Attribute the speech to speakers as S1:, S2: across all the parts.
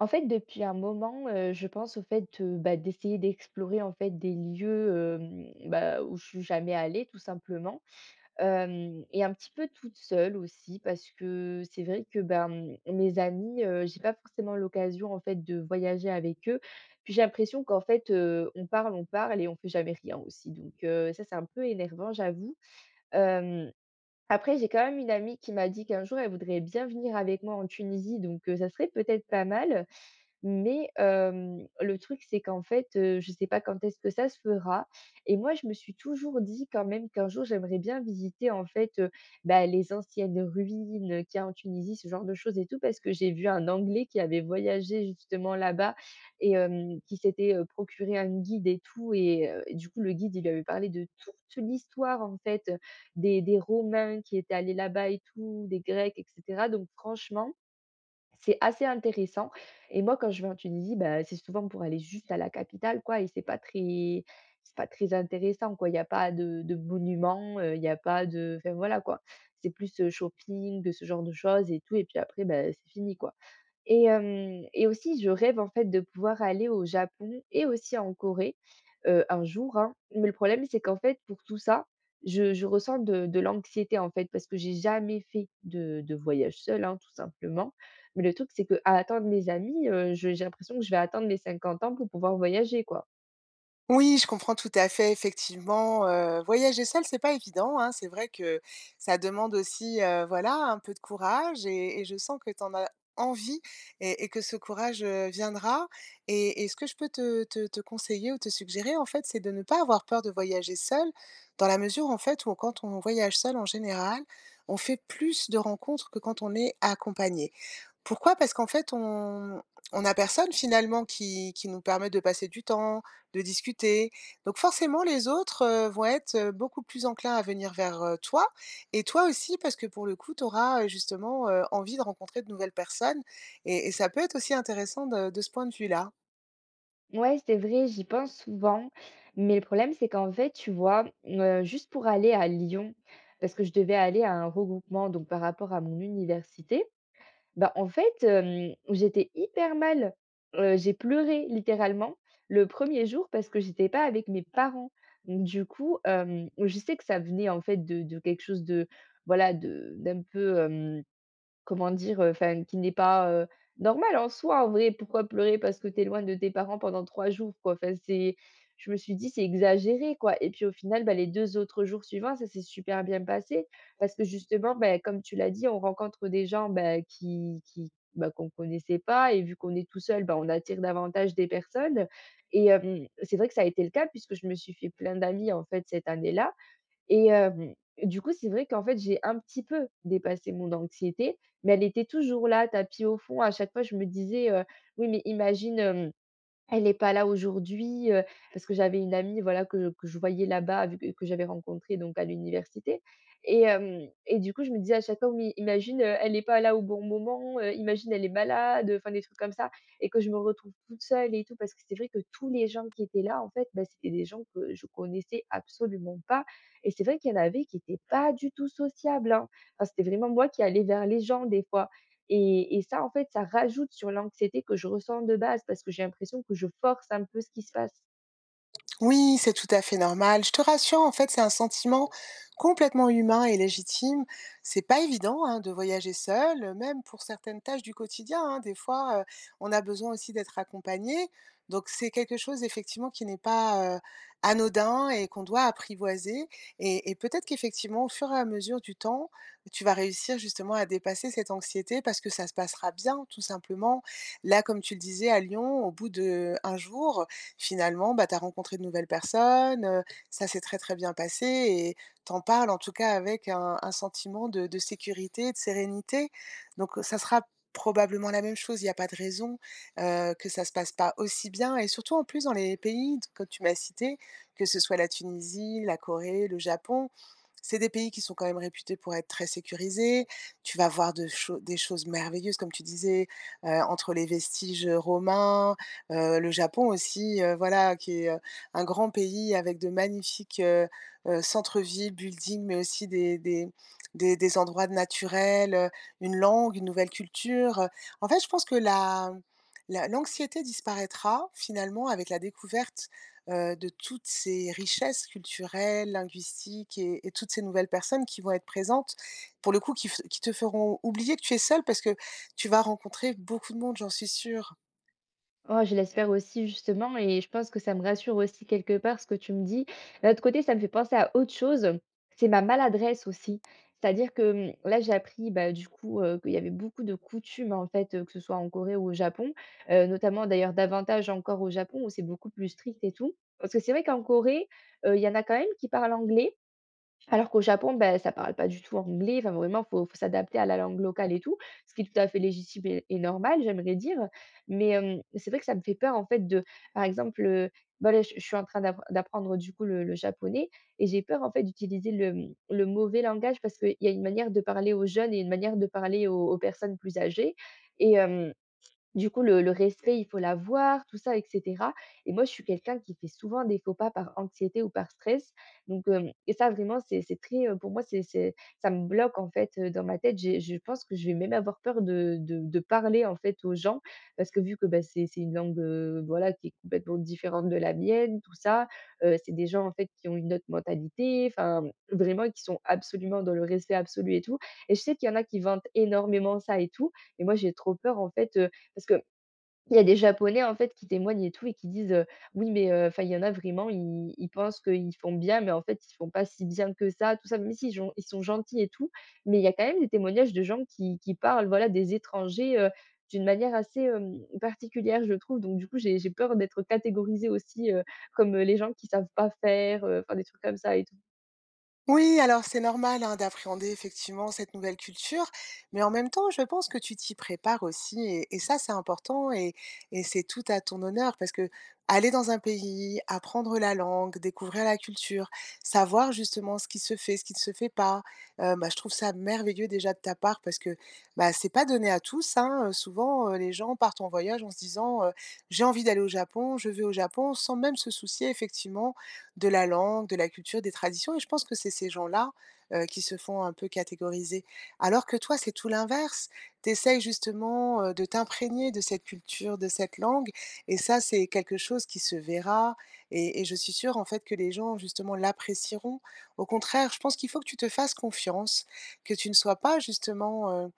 S1: En fait, depuis un moment, je pense au fait, bah, d'essayer d'explorer, en fait, des lieux, bah, où je suis jamais allée tout simplement, hem et un petit peu toute seule aussi parce que c'est vrai que, ben, mes amis, j'ai pas forcément l'occasion, en fait, de voyager avec eux. Puis j'ai l'impression qu'en fait, on parle et on fait jamais rien aussi, donc ça, c'est un peu énervant, j'avoue. hem, Après, j'ai quand même une amie qui m'a dit qu'un jour elle voudrait bien venir avec moi en Tunisie, donc ça serait peut-être pas mal. Mais le truc, c'est qu'en fait, je ne sais pas quand est-ce que ça se fera, et moi, je me suis toujours dit quand même qu'un jour, j'aimerais bien visiter, en fait, bah, les anciennes ruines, qu'il y a en Tunisie, ce genre de choses et tout, parce que j'ai vu un Anglais qui avait voyagé justement là-bas et qui s'était, procuré un guide et tout, et du coup, le guide, il lui avait parlé de toute l'histoire, en fait, des Romains qui étaient allés là-bas et tout, des Grecs et cetera, donc franchement c'est assez intéressant. Et moi, quand je vais en Tunisie, bah, c'est souvent pour aller juste à la capitale, quoi, et c'est pas très intéressant, quoi. Il y a pas de monuments, il y a pas de, enfin, voilà, quoi. C'est plus, shopping, de ce genre de choses et tout, et puis après, bah, c'est fini, quoi. Et hem et aussi je rêve en fait de pouvoir aller au Japon et aussi en Corée, un jour, hein. Mais le problème, c'est qu'en fait, pour tout ça, je ressens de l'anxiété, en fait, parce que j'ai jamais fait de voyage seul, hein, tout simplement. Mais le truc, c'est que à attendre mes amis, je j'ai l'impression que je vais attendre mes 50 ans pour pouvoir voyager, quoi.
S2: Oui, je comprends tout à fait, effectivement, voyager seul, c'est pas évident, hein. C'est vrai que ça demande aussi, voilà, un peu de courage et je sens que tu en as envie et que ce courage, viendra et ce que je peux te conseiller ou te suggérer, en fait, c'est de ne pas avoir peur de voyager seul, dans la mesure, en fait, où quand on voyage seul, en général, on fait plus de rencontres que quand on est accompagné. Pourquoi? Parce qu'en fait, on a personne finalement qui nous permet de passer du temps, de discuter. Donc forcément, les autres, vont être, beaucoup plus enclins à venir vers, toi et toi aussi parce que pour le coup, tu auras, justement, envie de rencontrer de nouvelles personnes et ça peut être aussi intéressant de ce point de vue-là.
S1: Ouais, c'est vrai, j'y pense souvent, mais le problème, c'est qu'en fait, tu vois, juste pour aller à Lyon, parce que je devais aller à un regroupement donc par rapport à mon université. Bah, en fait, j'étais hyper mal. J'ai pleuré littéralement le premier jour parce que j'étais pas avec mes parents. Donc du coup, je sais que ça venait en fait de quelque chose de, voilà, de d'un peu, comment dire? Enfin, qui n'est pas, normale en soi, en vrai. Pourquoi pleurer parce que tu es loin de tes parents pendant 3 jours, quoi? Enfin, c'est je me suis dit: «C'est exagéré, quoi», et puis, au final, bah, les 2 autres jours suivants, ça s'est super bien passé parce que justement, bah, comme tu l'as dit, on rencontre des gens, bah, qui bah, qu'on connaissait pas, et vu qu'on est tout seul, bah, on attire davantage des personnes. Et c'est vrai que ça a été le cas puisque je me suis fait plein d'amis, en fait, cette année-là. Et du coup, c'est vrai qu'en fait, j'ai un petit peu dépassé mon anxiété, mais elle était toujours là, tapis au fond. À chaque fois, je me disais, «Oui, mais imagine, hem» Elle n'est pas là aujourd'hui, parce que j'avais une amie, voilà, que je voyais là-bas, vu que j'avais rencontrée donc à l'université. Et hem et du coup, je me disais à chaque fois: «Oui, imagine, elle n'est pas là au bon moment, imagine elle est malade», enfin, des trucs comme ça, et que je me retrouve toute seule et tout. Parce que c'est vrai que tous les gens qui étaient là, en fait, bah, c'était des gens que je connaissais absolument pas, et c'est vrai qu'il y en avait qui étaient pas du tout sociables, hein. Enfin, c'était vraiment moi qui allais vers les gens des fois. Et ça, en fait, ça rajoute sur l'anxiété que je ressens de base parce que j'ai l'impression que je force un peu ce qui se passe.
S2: Oui, c'est tout à fait normal. Je te rassure, en fait, c'est un sentiment complètement humain et légitime. C'est pas évident hein, de voyager seul, même pour certaines tâches du quotidien, hein. Des fois, on a besoin aussi d'être accompagné. Donc, c'est quelque chose effectivement qui n'est pas anodin et qu'on doit apprivoiser. Et peut-être qu'effectivement, au fur et à mesure du temps, tu vas réussir justement à dépasser cette anxiété parce que ça se passera bien, tout simplement. Là, comme tu le disais, à Lyon, au bout de un jour, finalement, bah, tu as rencontré de nouvelles personnes, ça s'est très, très bien passé et t'en parles en tout cas avec un sentiment de sécurité de sérénité. Donc, ça sera probablement la même chose, il n'y a pas de raison, que ça se passe pas aussi bien et surtout en plus dans les pays que tu m'as cités, que ce soit la Tunisie, la Corée, le Japon, c'est des pays qui sont quand même réputés pour être très sécurisés. Tu vas voir de cho des choses merveilleuses comme tu disais, entre les vestiges, romains. Le Japon aussi, voilà, qui est, un grand pays avec de magnifiques, centres-villes, buildings, mais aussi des endroits naturels, une langue, une nouvelle culture. En fait, je pense que la l'anxiété disparaîtra finalement avec la découverte, de toutes ces richesses culturelles, linguistiques et toutes ces nouvelles personnes qui vont être présentes, pour le coup, qui te feront oublier que tu es seul parce que tu vas rencontrer beaucoup de monde, j'en suis sûre.
S1: Oh, je l'espère aussi, justement, et je pense que ça me rassure aussi quelque part, ce que tu me dis. D'un autre côté, ça me fait penser à autre chose, c'est ma maladresse aussi. C'est-à-dire que, là, j'ai appris, bah, du coup, qu'il y avait beaucoup de coutumes, en fait, que ce soit en Corée ou au Japon, notamment d'ailleurs davantage encore au Japon où c'est beaucoup plus strict et tout. Parce que c'est vrai qu'en Corée, il y en a quand même qui parlent anglais. Alors qu'au Japon, ben, ça parle pas du tout anglais, enfin vraiment, faut s'adapter à la langue locale et tout, ce qui est tout à fait légitime et normal, j'aimerais dire. Mais, c'est vrai que ça me fait peur, en fait, de, par exemple, bah, là, je suis en train d'apprendre, du coup, le japonais, et j'ai peur en fait d'utiliser le mauvais langage, parce qu'il y a une manière de parler aux jeunes et une manière de parler aux personnes plus âgées. Et du coup, le respect, il faut l'avoir, tout ça et cetera, et moi, je suis quelqu'un qui fait souvent des faux pas par anxiété ou par stress. Donc hem et ça, vraiment, c'est très, pour moi, c'est ça me bloque, en fait, dans ma tête. J'ai je pense que je vais même avoir peur de parler, en fait, aux gens, parce que, vu que, bah, c'est une langue, voilà, qui est complètement différente de la mienne, tout ça. C'est des gens, en fait, qui ont une autre mentalité, enfin, vraiment, qui sont absolument dans le respect absolu et tout, et je sais qu'il y en a qui vantent énormément ça et tout, et moi, j'ai trop peur, en fait, parce que il y a des japonais, en fait, qui témoignent et tout, et qui disent, «Oui, mais», enfin, il y en a vraiment, ils pensent qu'ils font bien, mais en fait, ils font pas si bien que ça, tout ça. Même s'ils gen ils sont gentils et tout, mais il y a quand même des témoignages de gens qui parlent, voilà, des étrangers, d'une manière assez, particulière, je trouve. Donc du coup, j'ai peur d'être catégorisée aussi, comme, les gens qui savent pas faire, enfin, des trucs comme ça et tout.
S2: Oui, alors c'est normal hein, d'appréhender effectivement cette nouvelle culture, mais en même temps, je pense que tu t'y prépares aussi, et ça, c'est important, et c'est tout à ton honneur, parce que aller dans un pays, apprendre la langue, découvrir la culture, savoir justement ce qui se fait, ce qui ne se fait pas, bah, je trouve ça merveilleux déjà de ta part, parce que bah, c'est pas donné à tous, hein. Souvent, les gens partent en voyage en se disant, j'ai envie d'aller au Japon, je vais au Japon, sans même se soucier effectivement de la langue, de la culture, des traditions et je pense que c'est ces gens-là, qui se font un peu catégoriser. Alors que toi, c'est tout l'inverse. Tu essayes justement, de t'imprégner de cette culture, de cette langue et ça, c'est quelque chose qui se verra et je suis sûre, en fait, que les gens justement l'apprécieront. Au contraire, je pense qu'il faut que tu te fasses confiance, que tu ne sois pas justement, heu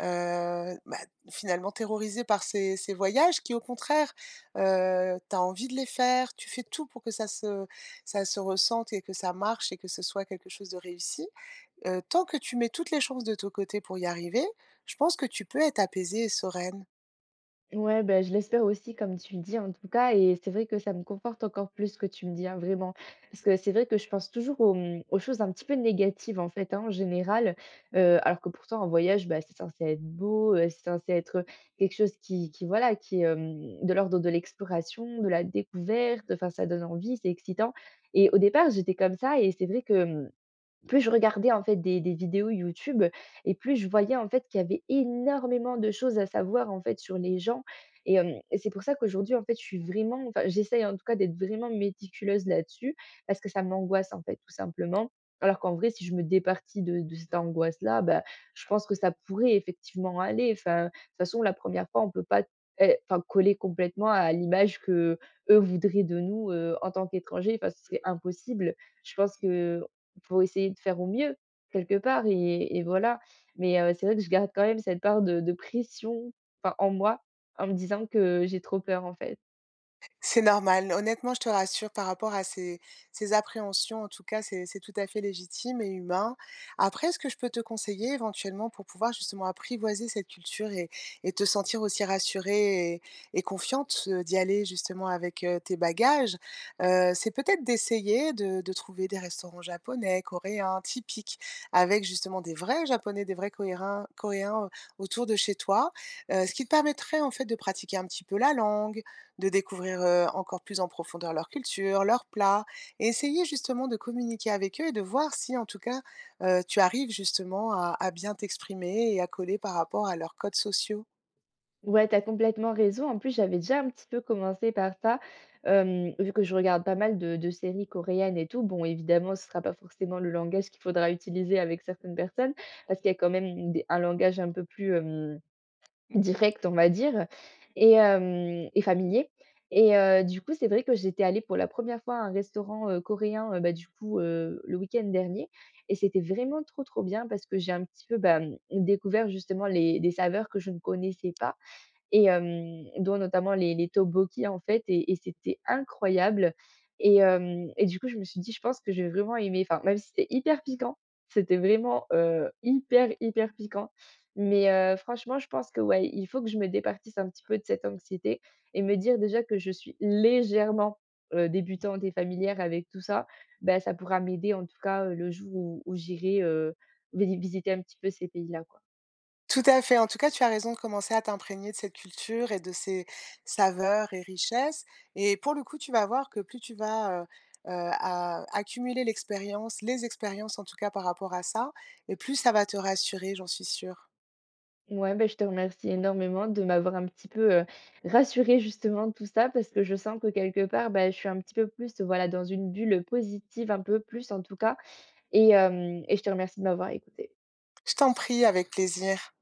S2: Heu, bah, finalement terrorisé par ces ces voyages qui au contraire, tu as envie de les faire, tu fais tout pour que ça se ressente et que ça marche et que ce soit quelque chose de réussi. Tant que tu mets toutes les chances de ton côté pour y arriver, je pense que tu peux être apaisée et sereine.
S1: Ouais, ben, je l'espère aussi comme tu le dis, en tout cas, et c'est vrai que ça me conforte encore plus, ce que tu me dis, hein, vraiment. Parce que c'est vrai que je pense toujours aux choses un petit peu négatives, en fait, hein, en général, alors que pourtant, en voyage, bah, c'est censé être beau, c'est censé être quelque chose qui, voilà, qui est, de l'ordre de l'exploration, de la découverte, enfin, ça donne envie, c'est excitant. Et au départ, j'étais comme ça, et c'est vrai que, plus je regardais en fait des vidéos YouTube, et plus je voyais en fait qu'il y avait énormément de choses à savoir en fait sur les gens. Et hem et c'est pour ça qu'aujourd'hui, en fait, je suis vraiment, enfin, j'essaye en tout cas d'être vraiment méticuleuse là-dessus, parce que ça m'angoisse, en fait, tout simplement. Alors qu'en vrai, si je me départis de cette angoisse-là, bah, je pense que ça pourrait effectivement aller. Enfin, de toute façon, la première fois, on peut pas, é enfin, coller complètement à l'image que eux voudraient de nous, en tant qu'étrangers. Enfin, ce serait impossible. Je pense que faut essayer de faire au mieux, quelque part, et voilà. Mais c'est vrai que je garde quand même cette part de pression, enfin, en moi, en me disant que j'ai trop peur, en fait.
S2: C'est normal. Honnêtement, je te rassure par rapport à ces ces appréhensions, en tout cas, c'est tout à fait légitime et humain. Après, ce que je peux te conseiller éventuellement pour pouvoir justement apprivoiser cette culture et te sentir aussi rassurée et confiante, d'y aller justement avec, tes bagages, c'est peut-être d'essayer de trouver des restaurants japonais, coréens, typiques, avec justement des vrais japonais, des vrais coréens, autour de chez toi, ce qui te permettrait en fait de pratiquer un petit peu la langue, de découvrir encore plus en profondeur leur culture, leurs plats, et essayer justement de communiquer avec eux et de voir si en tout cas tu arrives justement à bien t'exprimer et à coller par rapport à leurs codes sociaux.
S1: Ouais, t'as complètement raison. En plus, j'avais déjà un petit peu commencé par ça, vu que je regarde pas mal de séries coréennes et tout. Bon, évidemment, ce sera pas forcément le langage qu'il faudra utiliser avec certaines personnes, parce qu'il y a quand même des un langage un peu plus, hem direct, on va dire, et hem et familier. Et du coup, c'est vrai que j'étais allée pour la première fois à un restaurant, coréen, bah, du coup, le week-end dernier, et c'était vraiment trop, trop bien, parce que j'ai un petit peu, bah, découvert justement les des saveurs que je ne connaissais pas, et dont notamment les tteokbokki, en fait, et c'était incroyable. Et hem et du coup, je me suis dit: «Je pense que j'ai vraiment aimé.» Enfin, même si c'était hyper piquant, c'était vraiment, hyper, hyper piquant, mais franchement, je pense que, ouais, il faut que je me départisse un petit peu de cette anxiété et me dire déjà que je suis légèrement, débutante et familière avec tout ça. Bah, ça pourra m'aider, en tout cas, le jour où j'irai, vi visiter un petit peu ces pays-là, quoi.
S2: Tout à fait. En tout cas, tu as raison de commencer à t'imprégner de cette culture et de ses saveurs et richesses. Et pour le coup, tu vas voir que plus tu vas, a accumuler l'expérience, les expériences en tout cas par rapport à ça et plus ça va te rassurer, j'en suis sûre.
S1: Ouais, bah, je te remercie énormément de m'avoir un petit peu, rassurée justement de tout ça, parce que je sens que, quelque part, bah, je suis un petit peu plus, voilà, dans une bulle positive, un peu plus, en tout cas. Et hem et je te remercie de m'avoir écoutée.
S2: Je t'en prie, avec plaisir.